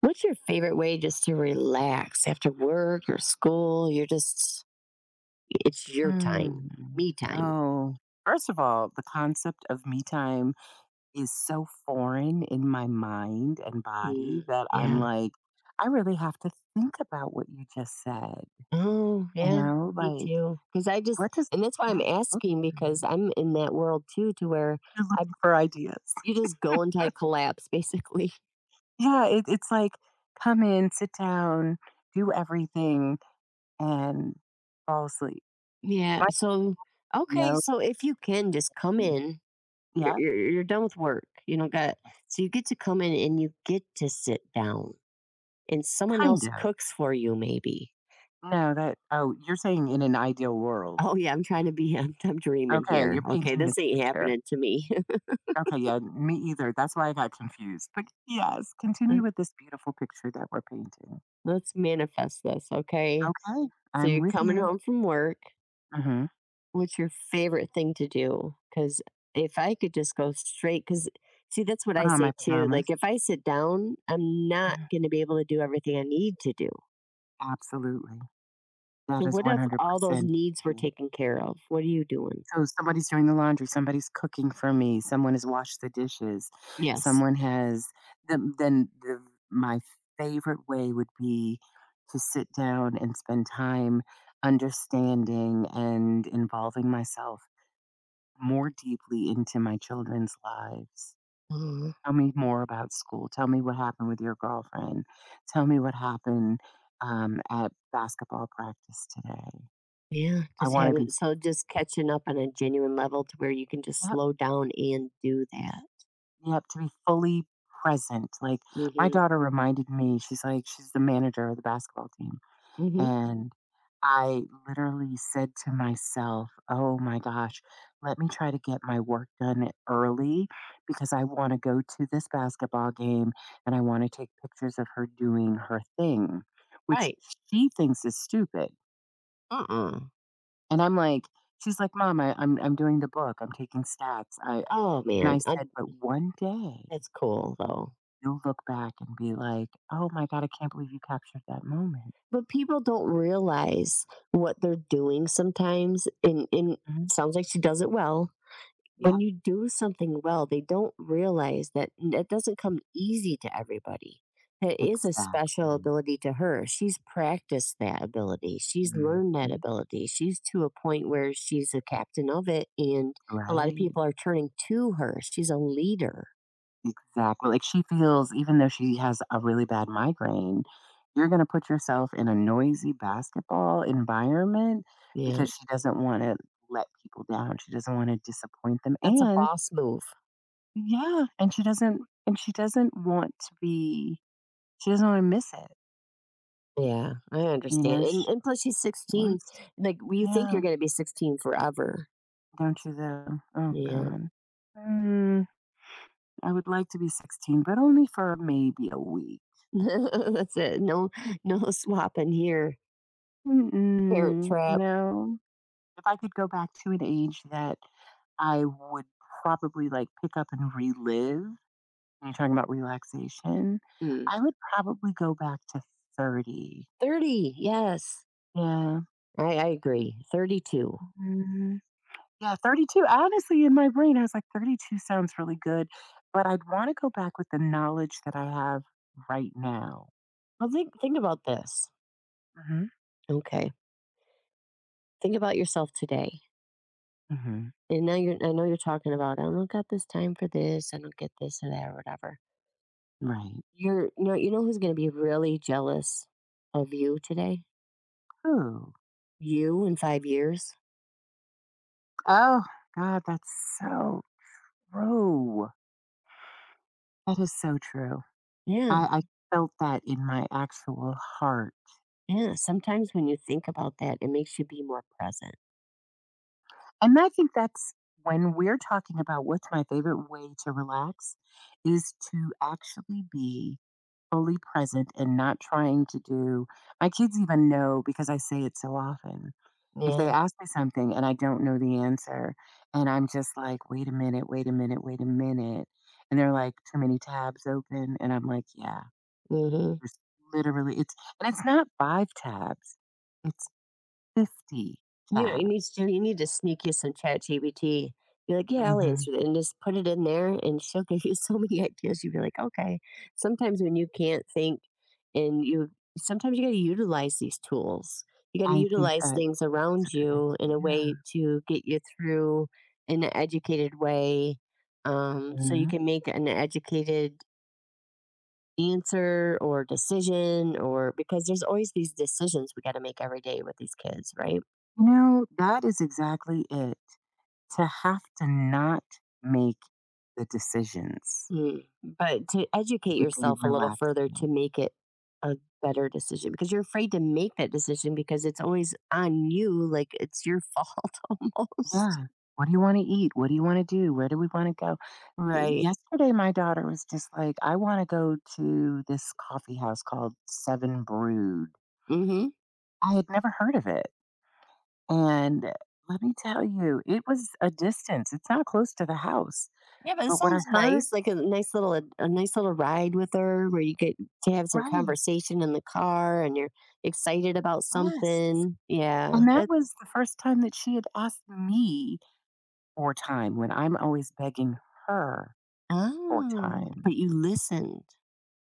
What's your favorite way just to relax after work or school? You're just, it's your time, Mm. me time. Oh, first of all, the concept of me time is so foreign in my mind and body Mm, that I'm yeah. like, I really have to think about what you just said. Oh, You yeah. know, Me too. Because I just, what does and that's why I'm that look asking because like? I'm in that world too, to where You're I, looking for ideas. you just go until I collapse, basically. Yeah, it's like, come in, sit down, do everything, and fall asleep. Yeah. My, So, okay. no, So if you can just come in, you're, yeah, you're, you're done with work, you know, got, yes, so you get to come in and you get to sit down and someone kind else of. cooks for you, maybe. No, oh, you're saying in an ideal world. Oh yeah, I'm trying to be I'm dreaming Okay, here. you're Okay, painting this this ain't picture. happening to me. Okay, yeah, me either. That's why I got confused. But yes, continue Let- with this beautiful picture that we're painting. Let's manifest this, okay? Okay, So I'm you're with coming you. home from work. hmm What's your favorite thing to do? Cuz if I could just go straight cuz see that's what Put I on my say too. Like pajamas. if I sit down, I'm not Mhm. going to be able to do everything I need to do. Absolutely. That So is what if all those 100% needs were it. taken care of? What are you doing? So somebody's doing the laundry, somebody's cooking for me, someone has washed the dishes, Yes. someone has. Then the, my favorite way would be to sit down and spend time understanding and involving myself more deeply into my children's lives. Uh, Tell me more about school. Tell me what happened with your girlfriend. Tell me what happened at basketball practice today. yeah, I just want to be, haven't. So just catching up on a genuine level to where you can just yep, slow down and do that. yep, to be fully present. Like my Mhm, daughter reminded me, she's the manager of the basketball team. mhm, And I literally said to myself, oh my gosh, let me try to get my work done early because I want to go to this basketball game and I want to take pictures of her doing her thing, which right. she thinks is stupid. Uh-uh. And I'm like, she's like, Mom, I'm doing the book, I'm taking stats. Oh, And I man, I said, but one day that's cool, though. you'll look back and be like, oh my God, I can't believe you captured that moment. But people don't realize what they're doing sometimes, and Mhm. sounds like she does it well. When Yep, you do something well, they don't realize that it doesn't come easy to everybody. That is a special exactly. ability to her. She's practiced that ability. She's learned that Mhm. ability. She's to a point where she's a captain of it, and a lot of Right. people are turning to her. She's a leader. Exactly. Like she feels, even though she has a really bad migraine, you're going to put yourself in a noisy basketball environment Yeah. because she doesn't want to let people down. She doesn't want to disappoint them. That's a boss move. yeah, and she doesn't, and she doesn't want to be, she doesn't want to miss it. Yeah, I You understand. know, And and plus she's 16. wants, Like well, you think yeah, you're gonna be 16 forever. don't you though? Oh, Yeah. God. Mm, I would like to be 16, but only for maybe a week. That's it. No no, swapping here. Parent Mm-mm. You trap. know, if I could go back to an age that I would probably like pick up and relive, when you're talking about relaxation, Mm. I would probably go back to 30. 30. Yes. Yeah. I agree. 32. Mhm. Yeah, 32. Honestly, in my brain, I was like, 32 sounds really good, but I'd want to go back with the knowledge that I have right now. Well, think about this. hmm Okay. Think about yourself today. hmm And now you're I know you're talking about I don't got this time for this. I don't get this or that or whatever. Right. You know who's gonna be really jealous of you today? Ooh. You in 5 years? Oh, God, that's so true. That is so true. Yeah, I felt that in my actual heart, yeah. Sometimes when you think about that, it makes you be more present. and I think that's when we're talking about what's my favorite way to relax is to actually be fully present and not trying to do my kids even know because I say it so often. If they Yeah. ask me something and I don't know the answer and I'm just like, "Wait a minute, wait a minute, wait a minute." And they're like, "Too many tabs open." And I'm like, "Yeah, Mm-hmm. there's literally it's and it's not 5 tabs. It's 50 You tab. you need to you need to sneak you some chat GBT. You're like, yeah, I'll Mhm. answer that, and just put it in there, and she'll give you so many ideas. You'd be like, okay. Sometimes when you can't think, and you sometimes you got to utilize these tools. You got to I think utilize that things that's a around good you in a way idea. to get you through in an educated way, so you Mhm. can make an educated answer or decision or because there's always these decisions we got to make every day with these kids, right? You know, that is exactly it. To have to not make the decisions Mm. But to educate would be yourself a little further to relaxing. make it a better decision because you're afraid to make that decision because it's always on you, like it's your fault almost. Yeah. What do you wanna eat? What do you wanna do? Where do we wanna go? Right. Yesterday, my daughter was just like, "I wanna go to this coffee house called 7 Brood." Mm-hmm. I had never heard of it, and let me tell you, it was a distance. It's not close to the house. Yeah, but it But what I sounds heard nice, like a nice little a nice little ride with her where you get to have some right, conversation in the car and you're excited about yes, something. Yeah, and that that. was the first time that she had asked me for time when I'm always begging her for Oh, time, but you listened.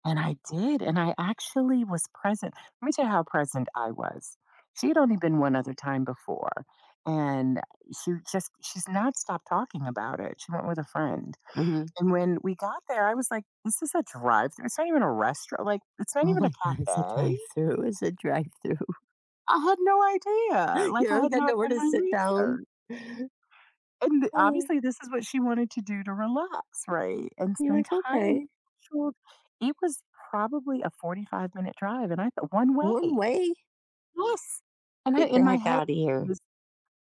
and I did, and I actually was present. Let me tell you how present I was. She had only been one other time before, and she's not stopped talking about it. She went with a friend, Mhm. and when we got there, I was like, "This is a drive-through. It's not even a restaurant. Like, it's not Oh even a my god, it's a cafe." drive-through, it's a drive-through. I had no idea, You like, I ever had got not nowhere done to my sit down? research, and th Oh, obviously, this is what she wanted to do to relax, right, and you're spend like, time "Okay, sure it was probably a 45-minute drive, and I thought one way. one way? Yes, and I Get in the my heck head, out of I here." was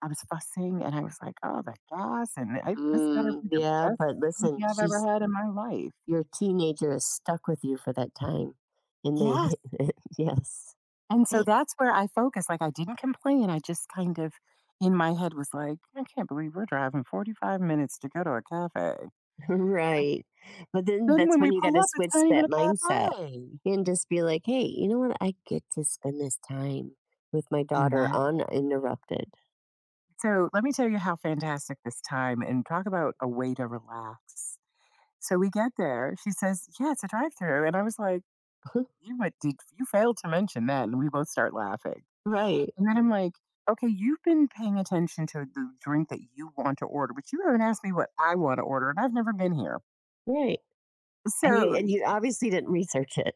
I was fussing, and I was like, "Oh, the gas, and I this better Mm, be the yeah, best but listen, smoothie I've ever she's had in my life." your teenager is stuck with you for that time, and Yes. they yes. And so that's where I focused, like, I didn't complain, I just kind of in my head was like, "I can't believe we're driving 45 minutes to go to a cafe." Right. But then Then that's when we when you pull gotta up, it's switch not even a that mindset cafe, and just be like, "Hey, you know what? I get to spend this time with my and daughter that uninterrupted." so let me tell you how fantastic this time and talk about a way to relax. So we get there, she says, "Yeah, it's a drive-through," and I was like, "You what did you failed to mention that," and we both start laughing. Right, And then I'm like, okay, you've been paying attention to the drink that you want to order, but you haven't asked me what I want to order, and I've never been here. right. And you So and you obviously didn't research it.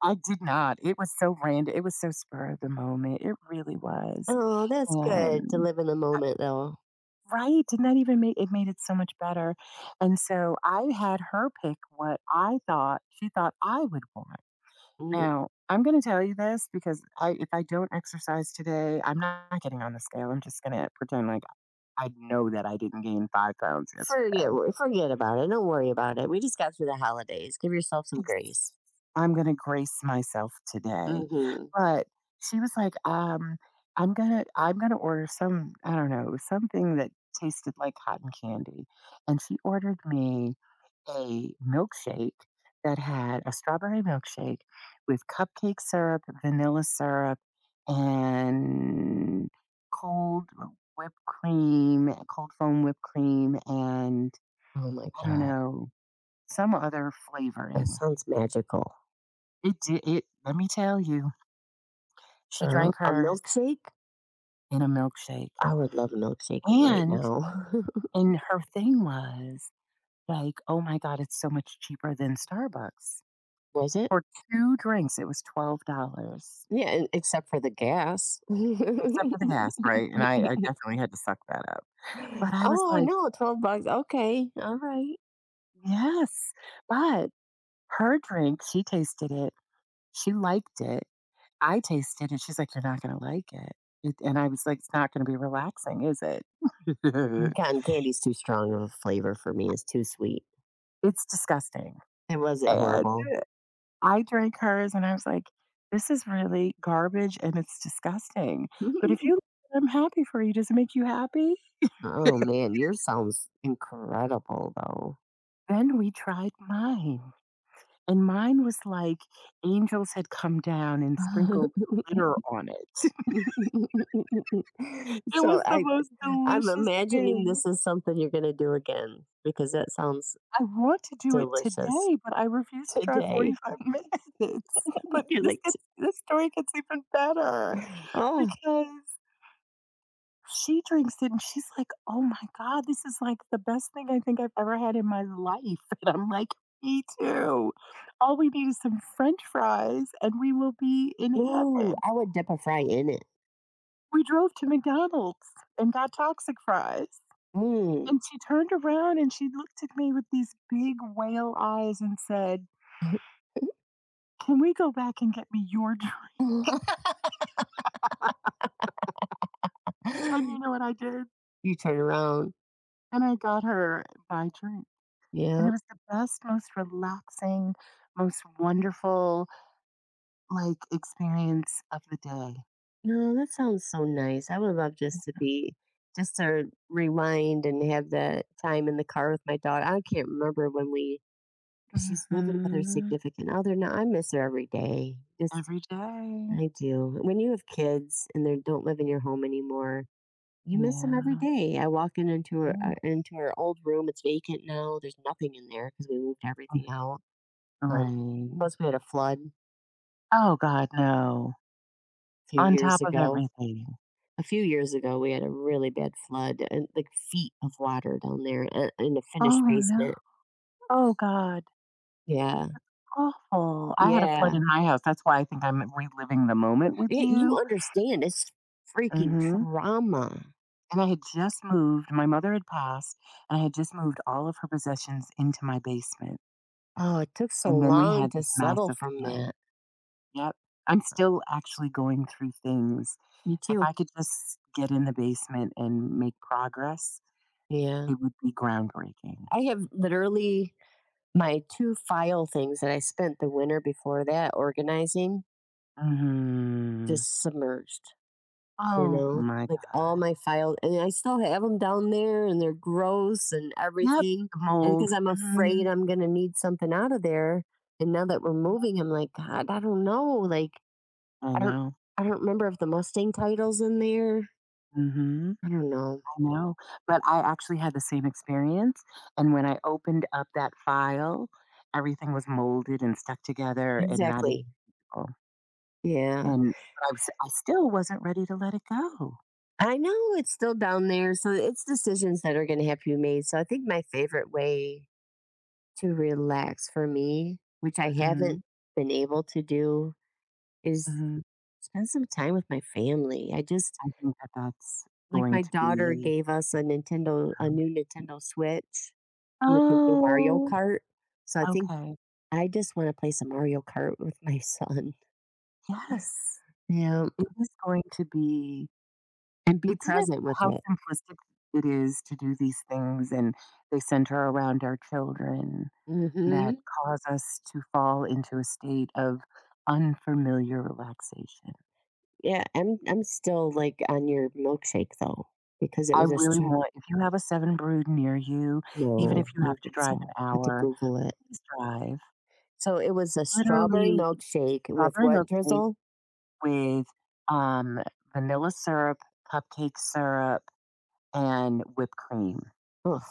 I did not. It was so random. It was so spur of the moment. It really was. Oh, that's good to And live in the I- moment, though. right, did not even make it made it so much better. And so I had her pick what I thought she thought I would want. Mm. Now I'm going to tell you this because I, if I don't exercise today, I'm not getting on the scale. I'm just going to pretend like I know that I didn't gain 5 pounds Forget yesterday. forget about it, don't worry about it. We just got through the holidays, give yourself some Ex grace. I'm gonna grace myself today. Mhm. But she was like, I'm gonna order some," I don't know, something that tasted like cotton candy, and she ordered me a milkshake that had a strawberry milkshake with cupcake syrup, vanilla syrup, and cold cold foam whipped cream, and Oh my I don't god. know, some other That flavoring. sounds magical. It did it let me tell you, she Girl, drank a hers milkshake? in a milkshake, I would love a milkshake right and now. Her thing was, like, "Oh my god, it's so much cheaper than Starbucks." Was it? For 2 drinks, it was $12 Yeah, and except for the gas. except for the gas, right? And I definitely had to suck that up. But I was Oh like, no, 12 bucks. Okay. All right. "Yes." But her drink, she tasted it, she liked it. I tasted it, she's like, "You're not gonna like it." And I was like, "It's not gonna be relaxing, is it?" Cotton candy's too strong of a flavor for me. It's too sweet. It's disgusting, And was it and horrible. I drank hers, and I was like, "This is really garbage, and it's disgusting." But if you "I'm happy for you, does it make you happy?" Oh man, yours sounds incredible though. Then we tried mine, and mine was like angels had come down and sprinkled glitter on it. It was so the I most I'm delicious imagining thing. this is something you're gonna do again because that sounds I want to do it delicious. today, but I refuse to try Today, 45 minutes. But you're like, "T- this story gets even better oh, because she drinks it and she's like, "Oh my god, this is like the best thing I think I've ever had in my life." And I'm like, "Me too. All we need is some french fries and we will be in ooh, heaven." I would dip a fry in it. We drove to McDonald's and got toxic fries. Mm. And she turned around and she looked at me with these big whale eyes and said, "Can we go back and get me your drink?" And you know what I did? you turn around. And I got her my drink. And it Yeah. was the best, most relaxing, most wonderful, like, experience of the day. No, that sounds so nice. I would love just to be, just to rewind and have that time in the car with my daughter. I can't remember when we, 'cause she's living with her Mhm. significant other now. I miss her every day. Just Every day. I do. When you have kids and they don't live in your home anymore, you miss them every Yeah, day. I walk in yeah. Into our old room. It's vacant now. There's nothing in there because we moved everything out. Um, Right. plus, we had a flood a Oh, God, no. few On top years of ago. everything. A few years ago, we had a really bad flood and like feet of water down there in a Oh, finished no. basement. Oh, God. Yeah, Awful. I had a flood yeah. in my house. That's why I think I'm reliving the moment with You you. understand? It's freaking Mhm. trauma. And I had just moved. My mother had passed, and I had just moved all of her possessions into my basement. Oh, it took so And then we long had to this settle massive from flood. that. Yep. I'm still actually going through things. Me If too. I could just get in the basement and make progress, Yeah. it would be groundbreaking. I have literally my two file things that I spent the winter before that organizing Mhm. just submerged, you Oh know? my g Like all my files, and I still have them down there and they're gross and Yep, everything. the And mold. because I'm Mhm. afraid I'm going to need something out of there. And now that we're moving, I'm like, God, I don't know. Like, I I don't, know. I don't remember if the Mustang title's in there. Mhm. I don't know. I know, but I actually had the same experience, and when I opened up that file, everything was molded and stuck together and not Exactly. equal, Yeah. and I still wasn't ready to let it go. I know it's still down there, so it's decisions that are gonna have to be made, so I think my favorite way to relax for me, which I Mhm, haven't been able to do, is mhm. spend some time with my family. I just I think that that's like, going my to daughter be, gave us a Nintendo a um new Nintendo Switch with the new Mario Oh, Kart, so I think okay. I just wanna play some Mario Kart with my son. Yes. Yeah, It is going to be and be isn't it present with how it. simplistic it is to do these things and they center around our children that Mhm. cause us to fall into a state of unfamiliar relaxation. Yeah, I'm still like on your milkshake though, because it I was really want if you have a 7 brood near you, even if no, you I have don't to think drive so. an I have to hour, Google it. please drive. So it was a strawberry Literally milkshake with strawberry what milkshake drizzle? with, um, vanilla syrup, cupcake syrup, and whipped cream. Oh,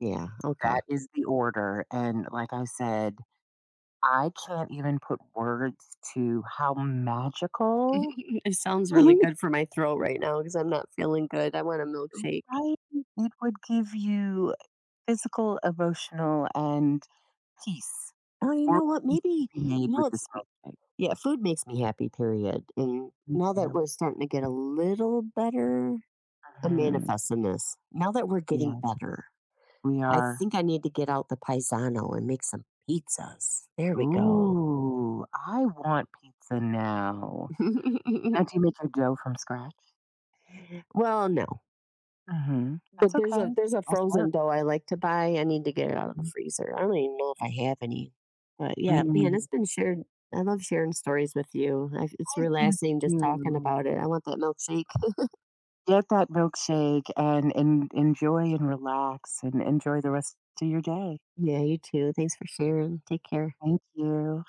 yeah, That okay. is the order, and like I said, I can't even put words to how magical it sounds really right? good for my throat right now because I'm not feeling good. I want a milkshake. It would give you physical, emotional, and peace. Oh, you World know what? peace could Maybe be made you know with it's this milkshake. yeah. Food makes me happy. Period. And Me now that too. we're starting to get a little better, I'm Mhm. manifesting this. Now that we're getting Yes, better, we I are. think I need to get out the paisano and make some pizzas. There we go. Ooh, I want pizza now. Now do you make your dough from scratch? well, no, Mhm. That's but there's okay. a That's work. frozen dough I like to buy. I need to get it out of the freezer. I don't even know if I have any. But yeah, man, it's Mm. been shared. I love sharing stories with you. I, it's I do relaxing just talking too. about it. I want that milkshake. Get that milkshake and en enjoy and relax and enjoy the rest of your day. Yeah, you too. Thanks for sharing. Take care. Thank you.